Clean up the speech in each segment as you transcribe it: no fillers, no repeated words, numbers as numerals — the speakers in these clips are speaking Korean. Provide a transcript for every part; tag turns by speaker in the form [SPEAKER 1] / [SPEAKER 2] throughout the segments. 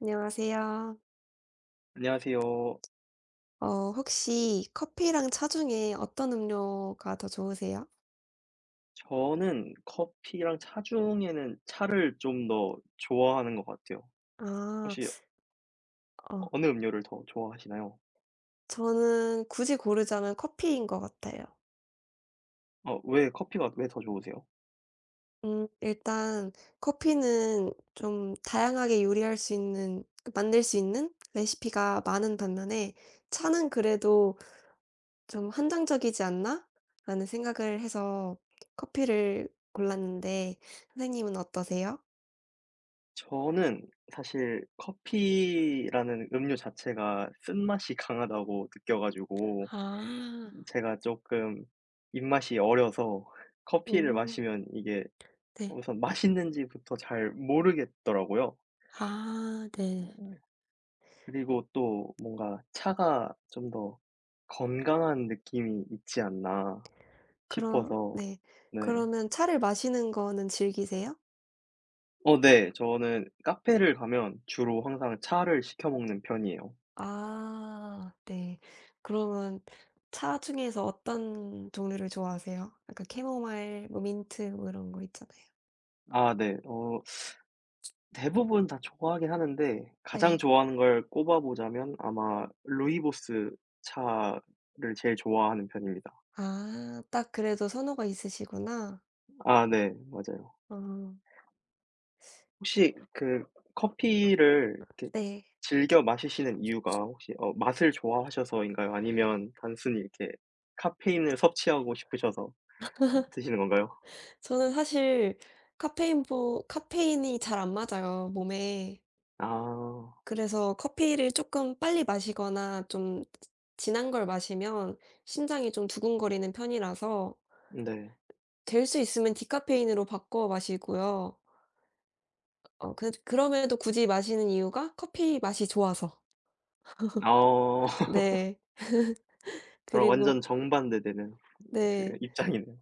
[SPEAKER 1] 안녕하세요.
[SPEAKER 2] 안녕하세요.
[SPEAKER 1] 어 혹시 커피랑 차 중에 어떤 음료가 더 좋으세요?
[SPEAKER 2] 저는 커피랑 차 중에는 차를 좀 더 좋아하는 것 같아요. 혹시
[SPEAKER 1] 아, 어
[SPEAKER 2] 어느 음료를 더 좋아하시나요?
[SPEAKER 1] 저는 굳이 고르자면 커피인 것 같아요.
[SPEAKER 2] 어, 왜 커피가 왜 더 좋으세요?
[SPEAKER 1] 일단 커피는 좀 다양하게 요리할 수 있는 만들 수 있는 레시피가 많은 반면에 차는 그래도 좀 '한정적이지 않나?'라는 생각을 해서 커피를 골랐는데 선생님은 어떠세요?
[SPEAKER 2] 저는 사실 커피라는 음료 자체가 쓴맛이 강하다고 느껴가지고
[SPEAKER 1] 아.
[SPEAKER 2] 제가 조금 입맛이 어려서 커피를
[SPEAKER 1] 음.
[SPEAKER 2] 마시면 이게
[SPEAKER 1] 네.
[SPEAKER 2] 우선 맛있는지부터 잘 모르겠더라고요.
[SPEAKER 1] 아, 네.
[SPEAKER 2] 그리고 또 뭔가 차가 좀 더 건강한 느낌이 있지 않나
[SPEAKER 1] 그럼,
[SPEAKER 2] 싶어서
[SPEAKER 1] 네.
[SPEAKER 2] 네.
[SPEAKER 1] 그러면 차를 마시는 거는 즐기세요?
[SPEAKER 2] 어 네. 저는 카페를 가면 주로 항상 차를 시켜 먹는 편이에요.
[SPEAKER 1] 아, 네. 그러면 차 중에서 어떤 종류를 좋아하세요? 약간 캐모마일 뭐 민트 뭐 이런 거 있잖아요.
[SPEAKER 2] 아 네. 어 대부분 다 좋아하긴 하는데 가장
[SPEAKER 1] 네.
[SPEAKER 2] 좋아하는 걸 꼽아 보자면 아마 루이보스 차를 제일 좋아하는 편입니다.
[SPEAKER 1] 아, 딱 그래도 선호가 있으시구나.
[SPEAKER 2] 아 네. 맞아요.
[SPEAKER 1] 어
[SPEAKER 2] 혹시 그 커피를 이렇게
[SPEAKER 1] 네.
[SPEAKER 2] 즐겨 마시시는 이유가 혹시 어 맛을 좋아하셔서인가요? 아니면 단순히 이렇게 카페인을 섭취하고 싶으셔서 드시는 건가요?
[SPEAKER 1] 저는 사실 카페인보 카페인이 잘 안 맞아요, 몸에.
[SPEAKER 2] 아
[SPEAKER 1] 그래서 커피를 쪼끔 빨리 마시거나 좀 진한 걸 마시면 심장이 좀 두근거리는 편이라서
[SPEAKER 2] 네.
[SPEAKER 1] 될 수 있으면 디카페인으로 바꿔 마시고요. 그, 그럼에도 굳이 마시는 이유가 커피 맛이 좋아서.
[SPEAKER 2] 어
[SPEAKER 1] 네.
[SPEAKER 2] 저랑
[SPEAKER 1] 그리고
[SPEAKER 2] 완전 정반대되는 그
[SPEAKER 1] 네.
[SPEAKER 2] 입장이네요.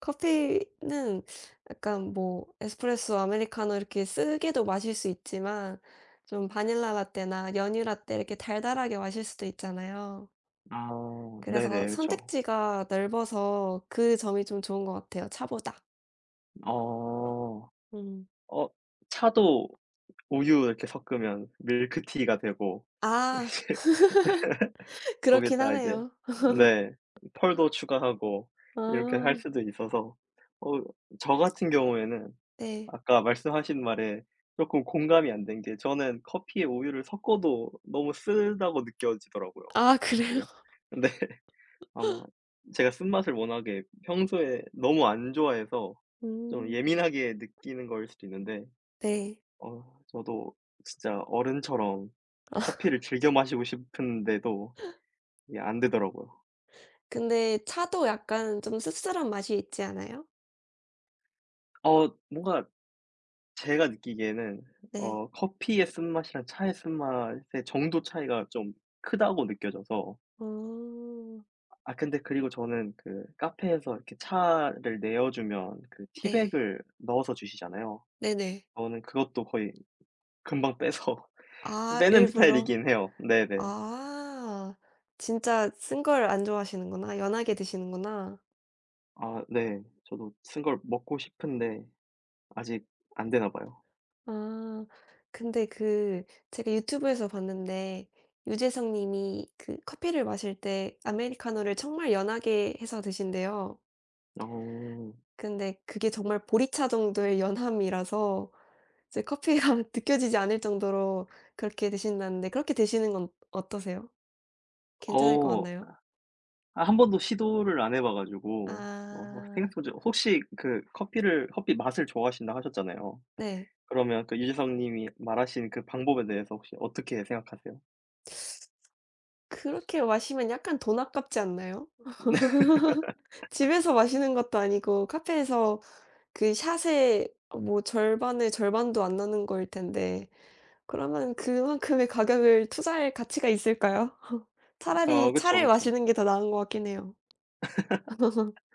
[SPEAKER 1] 커피는 약간 뭐 에스프레소, 아메리카노 이렇게 쓰게도 마실 수 있지만 좀 바닐라 라떼나 연유 라떼 이렇게 달달하게 마실 수도 있잖아요.
[SPEAKER 2] 아
[SPEAKER 1] 그래서
[SPEAKER 2] 네네. 그렇죠.
[SPEAKER 1] 선택지가 넓어서 그 점이 좀 좋은 것 같아요, 차보다.
[SPEAKER 2] 어.
[SPEAKER 1] 음.
[SPEAKER 2] 어 차도 우유 이렇게 섞으면 밀크티가 되고
[SPEAKER 1] 아,
[SPEAKER 2] 이제
[SPEAKER 1] 그렇긴
[SPEAKER 2] 거기에다 이제
[SPEAKER 1] 하네요.
[SPEAKER 2] 네. 펄도 추가하고 이렇게
[SPEAKER 1] 아,
[SPEAKER 2] 할 수도 있어서 어 저 같은 경우에는
[SPEAKER 1] 네.
[SPEAKER 2] 아까 말씀하신 말에 쪼끔 공감이 안 된 게 저는 커피에 우유를 섞어도 너무 쓰다고 느껴지더라고요
[SPEAKER 1] 아, 그래요?
[SPEAKER 2] 사실. 근데 아마 제가 쓴맛을 워낙에 평소에 너무 안 좋아해서 좀
[SPEAKER 1] 음.
[SPEAKER 2] 예민하게 느끼는 거일 수도 있는데
[SPEAKER 1] 네.
[SPEAKER 2] 어 저도 진짜 어른처럼
[SPEAKER 1] 아,
[SPEAKER 2] 커피를 즐겨 마시고 싶은데도 이게 안 되더라고요.
[SPEAKER 1] 근데 차도 약간 좀 씁쓸한 맛이 있지 않아요?
[SPEAKER 2] 어 뭔가 제가 느끼기에는
[SPEAKER 1] 네.
[SPEAKER 2] 어 커피의 쓴맛이랑 차의 쓴맛의 정도 차이가 좀 크다고 느껴져서
[SPEAKER 1] 어.
[SPEAKER 2] 아 근데 그리고 저는 그 카페에서 이렇게 차를 내어 주면 그
[SPEAKER 1] 네.
[SPEAKER 2] 티백을 넣어서 주시잖아요.
[SPEAKER 1] 네네.
[SPEAKER 2] 저는 그것도 거의 금방 빼서
[SPEAKER 1] 아,
[SPEAKER 2] 빼는
[SPEAKER 1] 일부러.
[SPEAKER 2] 스타일이긴 해요. 네네.
[SPEAKER 1] 아. 진짜 쓴 걸 안 좋아하시는구나. 연하게 드시는구나.
[SPEAKER 2] 아 네. 저도 쓴 걸 먹고 싶은데 아직 안 되나 봐요.
[SPEAKER 1] 아. 근데 그, 제가 유튜브에서 봤는데 유재석 님이 그 커피를 마실 때 아메리카노를 정말 연하게 해서 드신대요.
[SPEAKER 2] 어.
[SPEAKER 1] 근데 그게 정말 보리차 정도의 연함이라서 이제 커피가 느껴지지 않을 정도로 그렇게 드신다는데 그렇게 드시는 건 어떠세요? 괜찮을 것
[SPEAKER 2] 어.
[SPEAKER 1] 같나요?
[SPEAKER 2] 아 한 번도 시도를 안 해봐 가지고 어
[SPEAKER 1] 아,
[SPEAKER 2] 생각해 보지 혹시 그 커피 맛을 좋아하신다 하셨잖아요.
[SPEAKER 1] 네.
[SPEAKER 2] 그러면 그 유재석 님이 말하신 그 방법에 대해서 혹시 어떻게 생각하세요?
[SPEAKER 1] 그렇게 마시면 약간 돈 아깝지 않나요? 집에서 마시는 것도 아니고 카페에서 그 샷에 뭐 절반에 절반도 안 나는 거일 텐데 그러면 그만큼의 가격을 투자할 가치가 있을까요? 차라리
[SPEAKER 2] 어 그쵸,
[SPEAKER 1] 차를
[SPEAKER 2] 그쵸.
[SPEAKER 1] 마시는 게 더 나은 것 같긴 해요.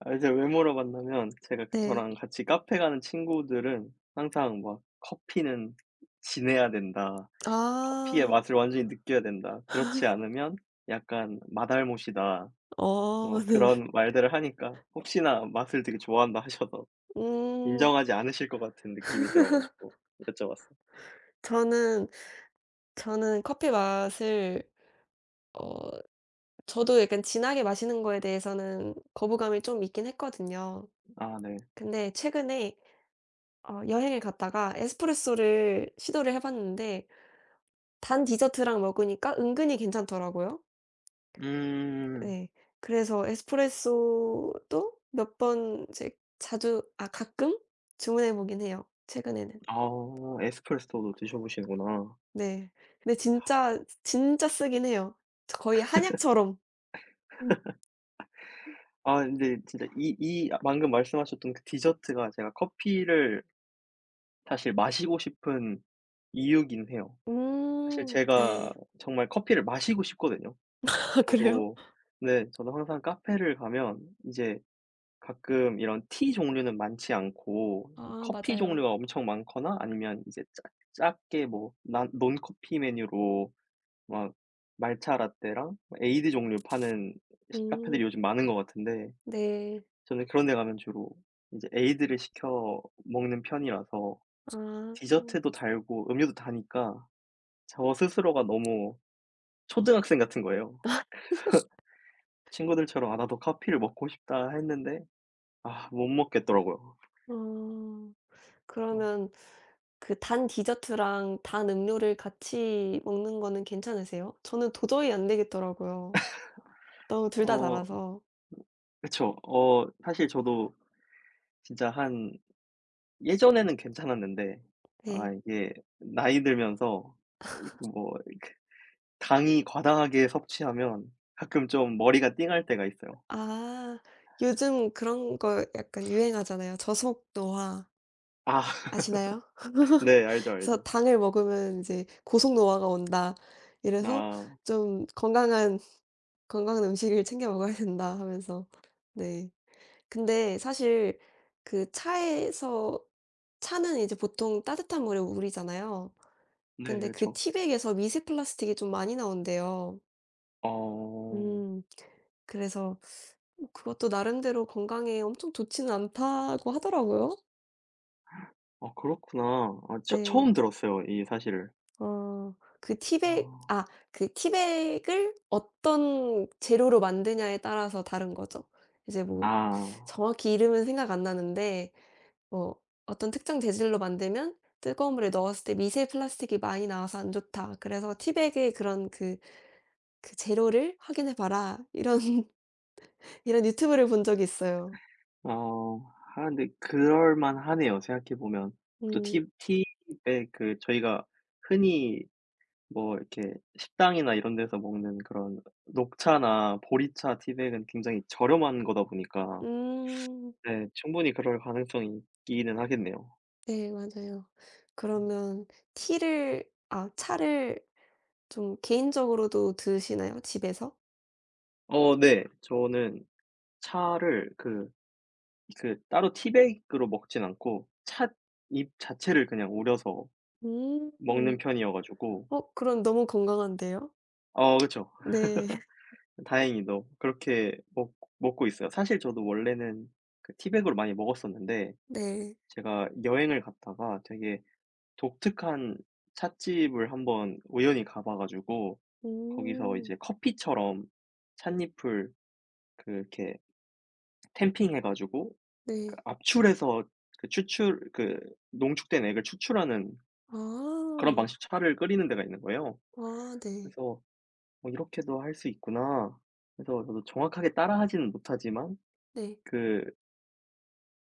[SPEAKER 2] 아 이제 왜 물어봤냐면 제가 그
[SPEAKER 1] 네.
[SPEAKER 2] 저랑 같이 카페 가는 친구들은 항상 막 "커피는 진해야 된다. 커피의
[SPEAKER 1] 아.
[SPEAKER 2] 맛을 완전히 느껴야 된다. 그렇지 않으면 약간 맛알못이다."
[SPEAKER 1] 어,
[SPEAKER 2] 뭐
[SPEAKER 1] 네.
[SPEAKER 2] 그런 말들을 하니까 혹시나 맛을 되게 좋아한다 하셔서
[SPEAKER 1] 음
[SPEAKER 2] 인정하지 않으실 것 같은 느낌이 들어 가지고 여쭤봤어요.
[SPEAKER 1] 저는 저는 커피 맛을 어 저도 약간 진하게 마시는 거에 대해서는 거부감이 좀 있긴 했거든요.
[SPEAKER 2] 아 네.
[SPEAKER 1] 근데 최근에 여행을 갔다가 에스프레소를 시도를 해 봤는데 단 디저트랑 먹으니까 은근히 괜찮더라고요.
[SPEAKER 2] 음.
[SPEAKER 1] 네. 그래서 에스프레소도 몇 번 이제 자주 아 가끔 주문해 보긴 해요, 최근에는.
[SPEAKER 2] 아.. 에스프레소도 드셔 보시는구나.
[SPEAKER 1] 네. 근데 진짜 진짜 쓰긴 해요. 저 거의 한약처럼. 음.
[SPEAKER 2] 아 근데 진짜 이 방금 말씀하셨던 그 디저트가 제가 커피를 사실 마시고 싶은 이유긴 해요. 사실
[SPEAKER 1] 음.
[SPEAKER 2] 제가
[SPEAKER 1] 네.
[SPEAKER 2] 정말 커피를 마시고 싶거든요.
[SPEAKER 1] 아, 그래요?
[SPEAKER 2] 저도 네 저도 항상 카페를 가면 이제 가끔 이런 티 종류는 많지 않고
[SPEAKER 1] 아,
[SPEAKER 2] 커피
[SPEAKER 1] 맞아요.
[SPEAKER 2] 종류가 엄청 많거나 아니면 이제 짜 작게 뭐 난 논커피 메뉴로 막 말차 라떼랑 뭐 에이드 종류 파는 시 카페들이
[SPEAKER 1] 음,
[SPEAKER 2] 요즘 많은 것 같은데
[SPEAKER 1] 네.
[SPEAKER 2] 저는 그런 데 가면 주로 이제 에이드를 시켜 먹는 편이라서
[SPEAKER 1] 아.
[SPEAKER 2] 디저트도 달고 음료도 다니까 저 스스로가 너무 초등학생 같은 거예요. 그래서 친구들처럼 '아 나도 커피를 먹고 싶다.' 했는데 아 못 먹겠더라고요.
[SPEAKER 1] 어.
[SPEAKER 2] 어
[SPEAKER 1] 그러면 그 단 디저트랑 단 음료를 같이 먹는 거는 괜찮으세요? 저는 도저히 안 되겠더라고요. 너무 둘 다
[SPEAKER 2] 어,
[SPEAKER 1] 달아서.
[SPEAKER 2] 그쵸. 어 사실 저도 진짜 한 예전에는 괜찮았는데 아
[SPEAKER 1] 네.
[SPEAKER 2] 이게 나이 들면서 뭐 당이 과다하게 섭취하면 가끔 좀 머리가 띵할 때가 있어요.
[SPEAKER 1] 아, 요즘 그런 거 약간 유행하잖아요. 저속 노화.
[SPEAKER 2] 아
[SPEAKER 1] 아시나요?
[SPEAKER 2] 네. 알죠,
[SPEAKER 1] 그래서
[SPEAKER 2] 알죠.
[SPEAKER 1] "당을 먹으면 이제 고속 노화가 온다." 이래서
[SPEAKER 2] 아
[SPEAKER 1] 좀 건강한 음식을 챙겨 먹어야 된다 하면서 네. 근데 사실 그 차에서 차는 이제 보통 따뜻한 물에 우리잖아요.
[SPEAKER 2] 네.
[SPEAKER 1] 근데 그
[SPEAKER 2] 그쵸.
[SPEAKER 1] 티백에서 미세 플라스틱이 좀 많이 나온대요.
[SPEAKER 2] 어.
[SPEAKER 1] 음. 그래서 뭐 그것도 나름대로 건강에 엄청 좋지는 않다고 하더라고요.
[SPEAKER 2] 아 그렇구나. 아 처
[SPEAKER 1] 네.
[SPEAKER 2] 처음 들었어요 이 사실을.
[SPEAKER 1] 어. 그 티백
[SPEAKER 2] 아.
[SPEAKER 1] 아 그 티백을 어떤 재료로 만드냐에 따라서 다른 거죠. 이제 뭐
[SPEAKER 2] 아.
[SPEAKER 1] 정확히 이름은 생각 안 나는데 뭐 어떤 특정 재질로 만들면 뜨거운 물에 넣었을 때 미세 플라스틱이 많이 나와서 안 좋다. 그래서 티백의 그런 그 재료를 확인해 봐라. 이런 이런 유튜브를 본 적이 있어요.
[SPEAKER 2] 어. 아 근데 그럴만하네요 생각해 보면. 또
[SPEAKER 1] 음.
[SPEAKER 2] 티 티에 그 저희가 흔히 뭐 이렇게 식당이나 이런 데서 먹는 그런 녹차나 보리차 티백은 굉장히 저렴한 거다 보니까
[SPEAKER 1] 음.
[SPEAKER 2] 네 충분히 그럴 가능성이 있기는 하겠네요.
[SPEAKER 1] 네, 맞아요. 그러면 티를 아 차를 좀 개인적으로도 드시나요? 집에서?
[SPEAKER 2] 어 네. 저는 차를 그 그 따로 티백으로 먹진 않고 찻잎 자체를 그냥 우려서
[SPEAKER 1] 음.
[SPEAKER 2] 먹는 편이어 가지고
[SPEAKER 1] 그럼 너무 건강한데요?
[SPEAKER 2] 어 그쵸.
[SPEAKER 1] 네.
[SPEAKER 2] 다행히도 그렇게 먹 먹고 있어요. 사실 저도 원래는 그 티백으로 많이 먹었었는데
[SPEAKER 1] 네.
[SPEAKER 2] 제가 여행을 갔다가 되게 독특한 찻집을 한번 우연히 가봐 가지고 거기서
[SPEAKER 1] 음.
[SPEAKER 2] 이제 커피처럼 찻잎을 그렇게 캠핑해 가지고 그
[SPEAKER 1] 네.
[SPEAKER 2] 압출해서 그 추출 그 농축된 액을 추출하는
[SPEAKER 1] 아.
[SPEAKER 2] 그런 방식 차를 끓이는 데가 있는 거예요.
[SPEAKER 1] 아, 네.
[SPEAKER 2] 그래서 '어 이렇게도 할 수 있구나.' 그래서 저도 정확하게 따라하지는 못하지만
[SPEAKER 1] 네.
[SPEAKER 2] 그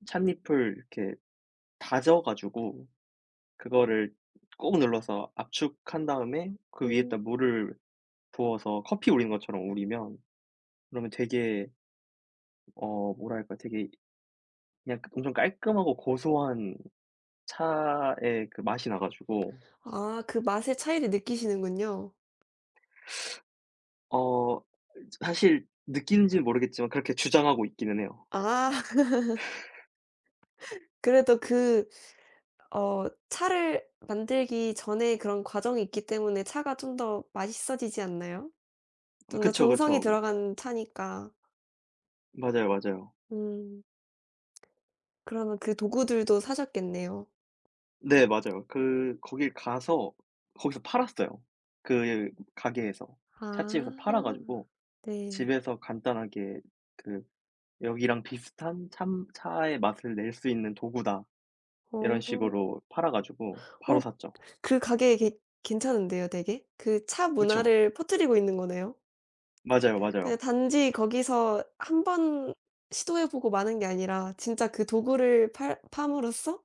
[SPEAKER 2] 찻잎을 이렇게 다져 가지고 그거를 꼭 눌러서 압축한 다음에 그 위에다
[SPEAKER 1] 음.
[SPEAKER 2] 물을 부어서 커피 우리는 것처럼 우리면 그러면 되게 어 뭐랄까 되게 그냥 엄청 깔끔하고 고소한 차의 그 맛이 나 가지고
[SPEAKER 1] 아, 그 맛의 차이를 느끼시는군요.
[SPEAKER 2] 어 사실 느끼는지는 모르겠지만 그렇게 주장하고 있기는 해요.
[SPEAKER 1] 아, 그래도 그, 차를 만들기 전에 그런 과정이 있기 때문에 차가 좀 더 맛있어지지 않나요? 좀 더
[SPEAKER 2] 그쵸,
[SPEAKER 1] 정성이
[SPEAKER 2] 그쵸.
[SPEAKER 1] 들어간 차니까.
[SPEAKER 2] 맞아요, 맞아요.
[SPEAKER 1] 음. 그러면 그 도구들도 사셨겠네요.
[SPEAKER 2] 네 맞아요. 그 거길 가서 거기서 팔았어요. 그 가게에서. 찻집에서
[SPEAKER 1] 아,
[SPEAKER 2] 팔아 가지고
[SPEAKER 1] 네.
[SPEAKER 2] 집에서 간단하게 그 "여기랑 비슷한 참 차의 맛을 낼 수 있는 도구다." 이런
[SPEAKER 1] 어.
[SPEAKER 2] 식으로 팔아 가지고 바로
[SPEAKER 1] 어
[SPEAKER 2] 샀죠.
[SPEAKER 1] 그 가게 괜 괜찮은데요 되게? 그 차
[SPEAKER 2] 그쵸.
[SPEAKER 1] 문화를 퍼뜨리고 있는 거네요.
[SPEAKER 2] 맞아요,
[SPEAKER 1] 그
[SPEAKER 2] 맞아요.
[SPEAKER 1] 단지 거기서 한 번 시도해 보고 마는 게 아니라 진짜 그 도구를 팔 팜으로써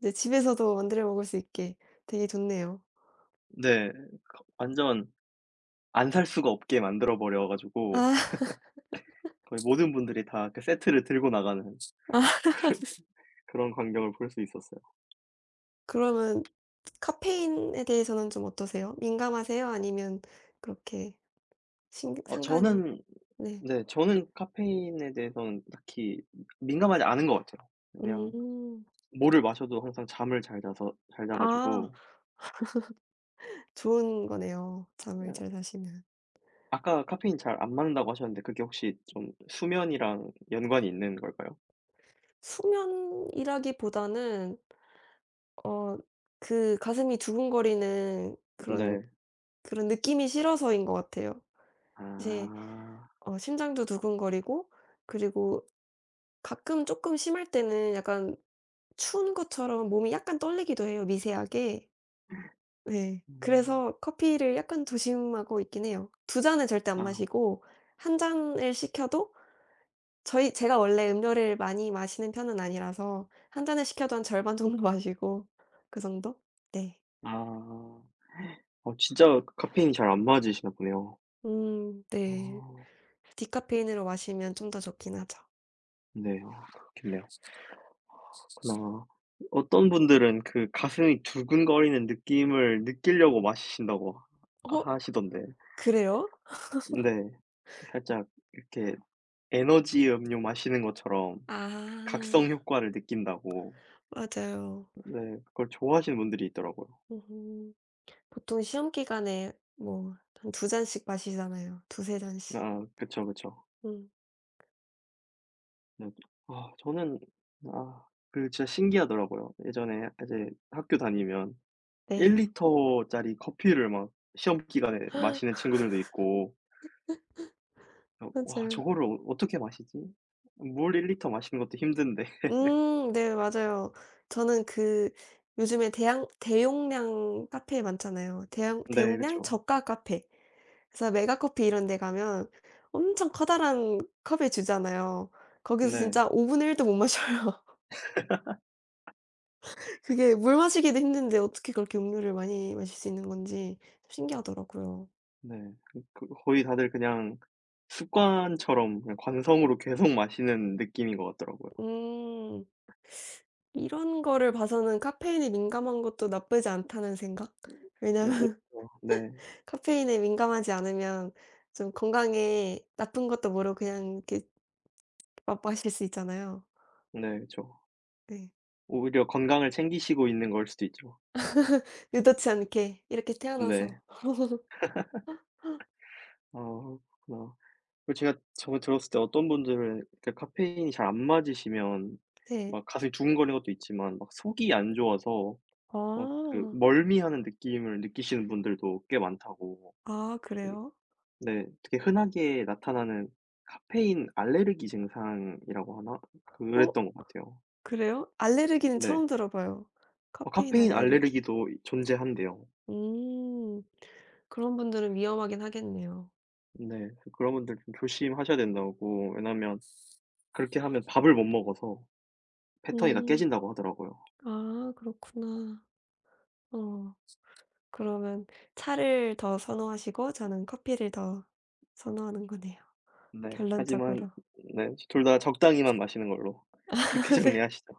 [SPEAKER 1] 이제 집에서도 만들어 먹을 수 있게 되게 좋네요.
[SPEAKER 2] 네. 완전 안 살 수가 없게 만들어 버려 가지고
[SPEAKER 1] 아,
[SPEAKER 2] 거의 모든 분들이 다 그 세트를 들고 나가는 그런 광경을 볼 수 있었어요.
[SPEAKER 1] 그러면 카페인에 대해서는 좀 어떠세요? 민감하세요? 아니면 그렇게 신
[SPEAKER 2] 어
[SPEAKER 1] 상관이
[SPEAKER 2] 저는
[SPEAKER 1] 네.
[SPEAKER 2] 네 저는 카페인에 대해서는 딱히 민감하지 않은 것 같아요. 그냥
[SPEAKER 1] 음.
[SPEAKER 2] 뭐를 마셔도 항상 잠을 잘 자
[SPEAKER 1] 아,
[SPEAKER 2] 가지고
[SPEAKER 1] 좋은 거네요, 잠을
[SPEAKER 2] 어
[SPEAKER 1] 잘 자시면.
[SPEAKER 2] 아까 카페인 잘 안 맞는다고 하셨는데 그게 혹시 좀 수면이랑 연관이 있는 걸까요?
[SPEAKER 1] 수면이라기보다는 어 그 가슴이 두근거리는 그런
[SPEAKER 2] 네.
[SPEAKER 1] 그런 느낌이 싫어서인 것 같아요. 이제
[SPEAKER 2] 아.
[SPEAKER 1] 심장도 두근거리고 그리고 가끔 쪼끔 심할 때는 약간 추운 것처럼 몸이 약간 떨리기도 해요, 미세하게. 네.
[SPEAKER 2] 음.
[SPEAKER 1] 그래서 커피를 약간 조심하고 있긴 해요. 두 잔은 절대 안
[SPEAKER 2] 아.
[SPEAKER 1] 마시고 한 잔을 시켜도 저희 제가 원래 음료를 많이 마시는 편은 아니라서 한 잔을 시켜도 한 절반 정도 마시고 그 정도? 네.
[SPEAKER 2] 아. 어 진짜 카페인이 잘 안 맞으시나 보네요.
[SPEAKER 1] 음, 네.
[SPEAKER 2] 아
[SPEAKER 1] 디카페인으로 마시면 좀 더 좋긴 하죠.
[SPEAKER 2] 네. 아 그렇겠네요. 그나 어떤 분들은 그 가슴이 두근거리는 느낌을 느끼려고 마시신다고 하
[SPEAKER 1] 어,
[SPEAKER 2] 하시던데.
[SPEAKER 1] 그래요?
[SPEAKER 2] 네. 살짝 이렇게 에너지 음료 마시는 것처럼
[SPEAKER 1] 아,
[SPEAKER 2] 각성 효과를 느낀다고
[SPEAKER 1] 맞아요.
[SPEAKER 2] 네 그걸 좋아하시는 분들이 있더라고요.
[SPEAKER 1] 음. 보통 시험 기간에 뭐 한 두 잔씩 마시잖아요. 두세 잔씩.
[SPEAKER 2] 아 그쵸, 그쵸.
[SPEAKER 1] 음.
[SPEAKER 2] 네. 아 저는 아 그 진짜 신기하더라고요. 예전에 이제 학교 다니면
[SPEAKER 1] 네.
[SPEAKER 2] 1리터 리터짜리 커피를 막 시험 기간에 마시는 친구들도 있고 어 '와
[SPEAKER 1] 맞아요.
[SPEAKER 2] 저거를 어 어떻게 마시지? 물 1리터 리터 마시는 것도 힘든데.'
[SPEAKER 1] 음, 네, 맞아요. 저는 그 요즘에 대양 대용량 카페 많잖아요. 대양
[SPEAKER 2] 네
[SPEAKER 1] 대용량
[SPEAKER 2] 그쵸.
[SPEAKER 1] 저가 카페. 그래서 메가커피 이런 데 가면 엄청 커다란 컵에 주잖아요. 거기서
[SPEAKER 2] 네.
[SPEAKER 1] 진짜 5 분의 1도 못 마셔요. 그게 물 마시기도 힘든데 어떻게 그렇게 음료를 많이 마실 수 있는 건지 신기하더라고요.
[SPEAKER 2] 네. 그 거의 다들 그냥 습관처럼 그냥 관성으로 계속 마시는 느낌인 것 같더라고요.
[SPEAKER 1] 음. 이런 거를 봐서는 카페인에 민감한 것도 나쁘지 않다는 생각?
[SPEAKER 2] 네, 오히려
[SPEAKER 1] 왜냐면
[SPEAKER 2] 네.
[SPEAKER 1] 카페인에 민감하지 않으면 좀 건강에 나쁜 것도 모르고 그냥 이렇게 마 마실 수 있잖아요.
[SPEAKER 2] 네 그쵸.
[SPEAKER 1] 네.
[SPEAKER 2] 오히려 건강을 챙기시고 있는 걸 수도 있죠.
[SPEAKER 1] 의도치 않게 이렇게
[SPEAKER 2] 네.
[SPEAKER 1] 태어나서.
[SPEAKER 2] 아 그렇구나. 그 제가 저번에 들었을 때 어떤 분들은 이렇게 카페인이 잘 안 맞으시면
[SPEAKER 1] 네.
[SPEAKER 2] 막 가슴이 두근거리는 것도 있지만 막 속이 안 좋아서 막 그
[SPEAKER 1] 아.
[SPEAKER 2] 멀미하는 느낌을 느끼시는 분들도 꽤 많다고
[SPEAKER 1] 아,
[SPEAKER 2] 이
[SPEAKER 1] 그래요?
[SPEAKER 2] 네 되게 흔하게 나타나는 카페인 알레르기 증상이라고 하나?
[SPEAKER 1] 어,
[SPEAKER 2] 그랬던 것 같아요.
[SPEAKER 1] 그래요? 알레르기는
[SPEAKER 2] 네.
[SPEAKER 1] 처음 들어봐요.
[SPEAKER 2] 어
[SPEAKER 1] 카페인
[SPEAKER 2] 카페인
[SPEAKER 1] 알레르기.
[SPEAKER 2] 알레르기도 이 존재한대요.
[SPEAKER 1] 음. 그런 분들은 위험하긴 하겠네요.
[SPEAKER 2] 네. 그런 분들 좀 조심하셔야 된다고. 왜냐하면 그렇게 하면 밥을 못 먹어서 패턴이 다
[SPEAKER 1] 음.
[SPEAKER 2] 깨진다고 하더라고요.
[SPEAKER 1] 아, 그렇구나. 어. 그러면 차를 더 선호하시고 저는 커피를 더 선호하는 거네요,
[SPEAKER 2] 네. 하지만
[SPEAKER 1] 결론적으로.
[SPEAKER 2] 네 둘 다 적당히만 마시는 걸로 그렇게
[SPEAKER 1] 네.
[SPEAKER 2] 정리하시죠.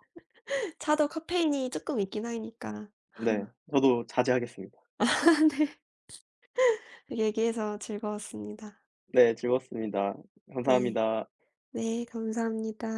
[SPEAKER 1] 차도 카페인이 조금 있긴 하니까.
[SPEAKER 2] 네. 저도 자제하겠습니다.
[SPEAKER 1] 네. 얘기해서 즐거웠습니다.
[SPEAKER 2] 네. 즐거웠습니다.
[SPEAKER 1] 네.
[SPEAKER 2] 감사합니다.
[SPEAKER 1] 네, 감사합니다.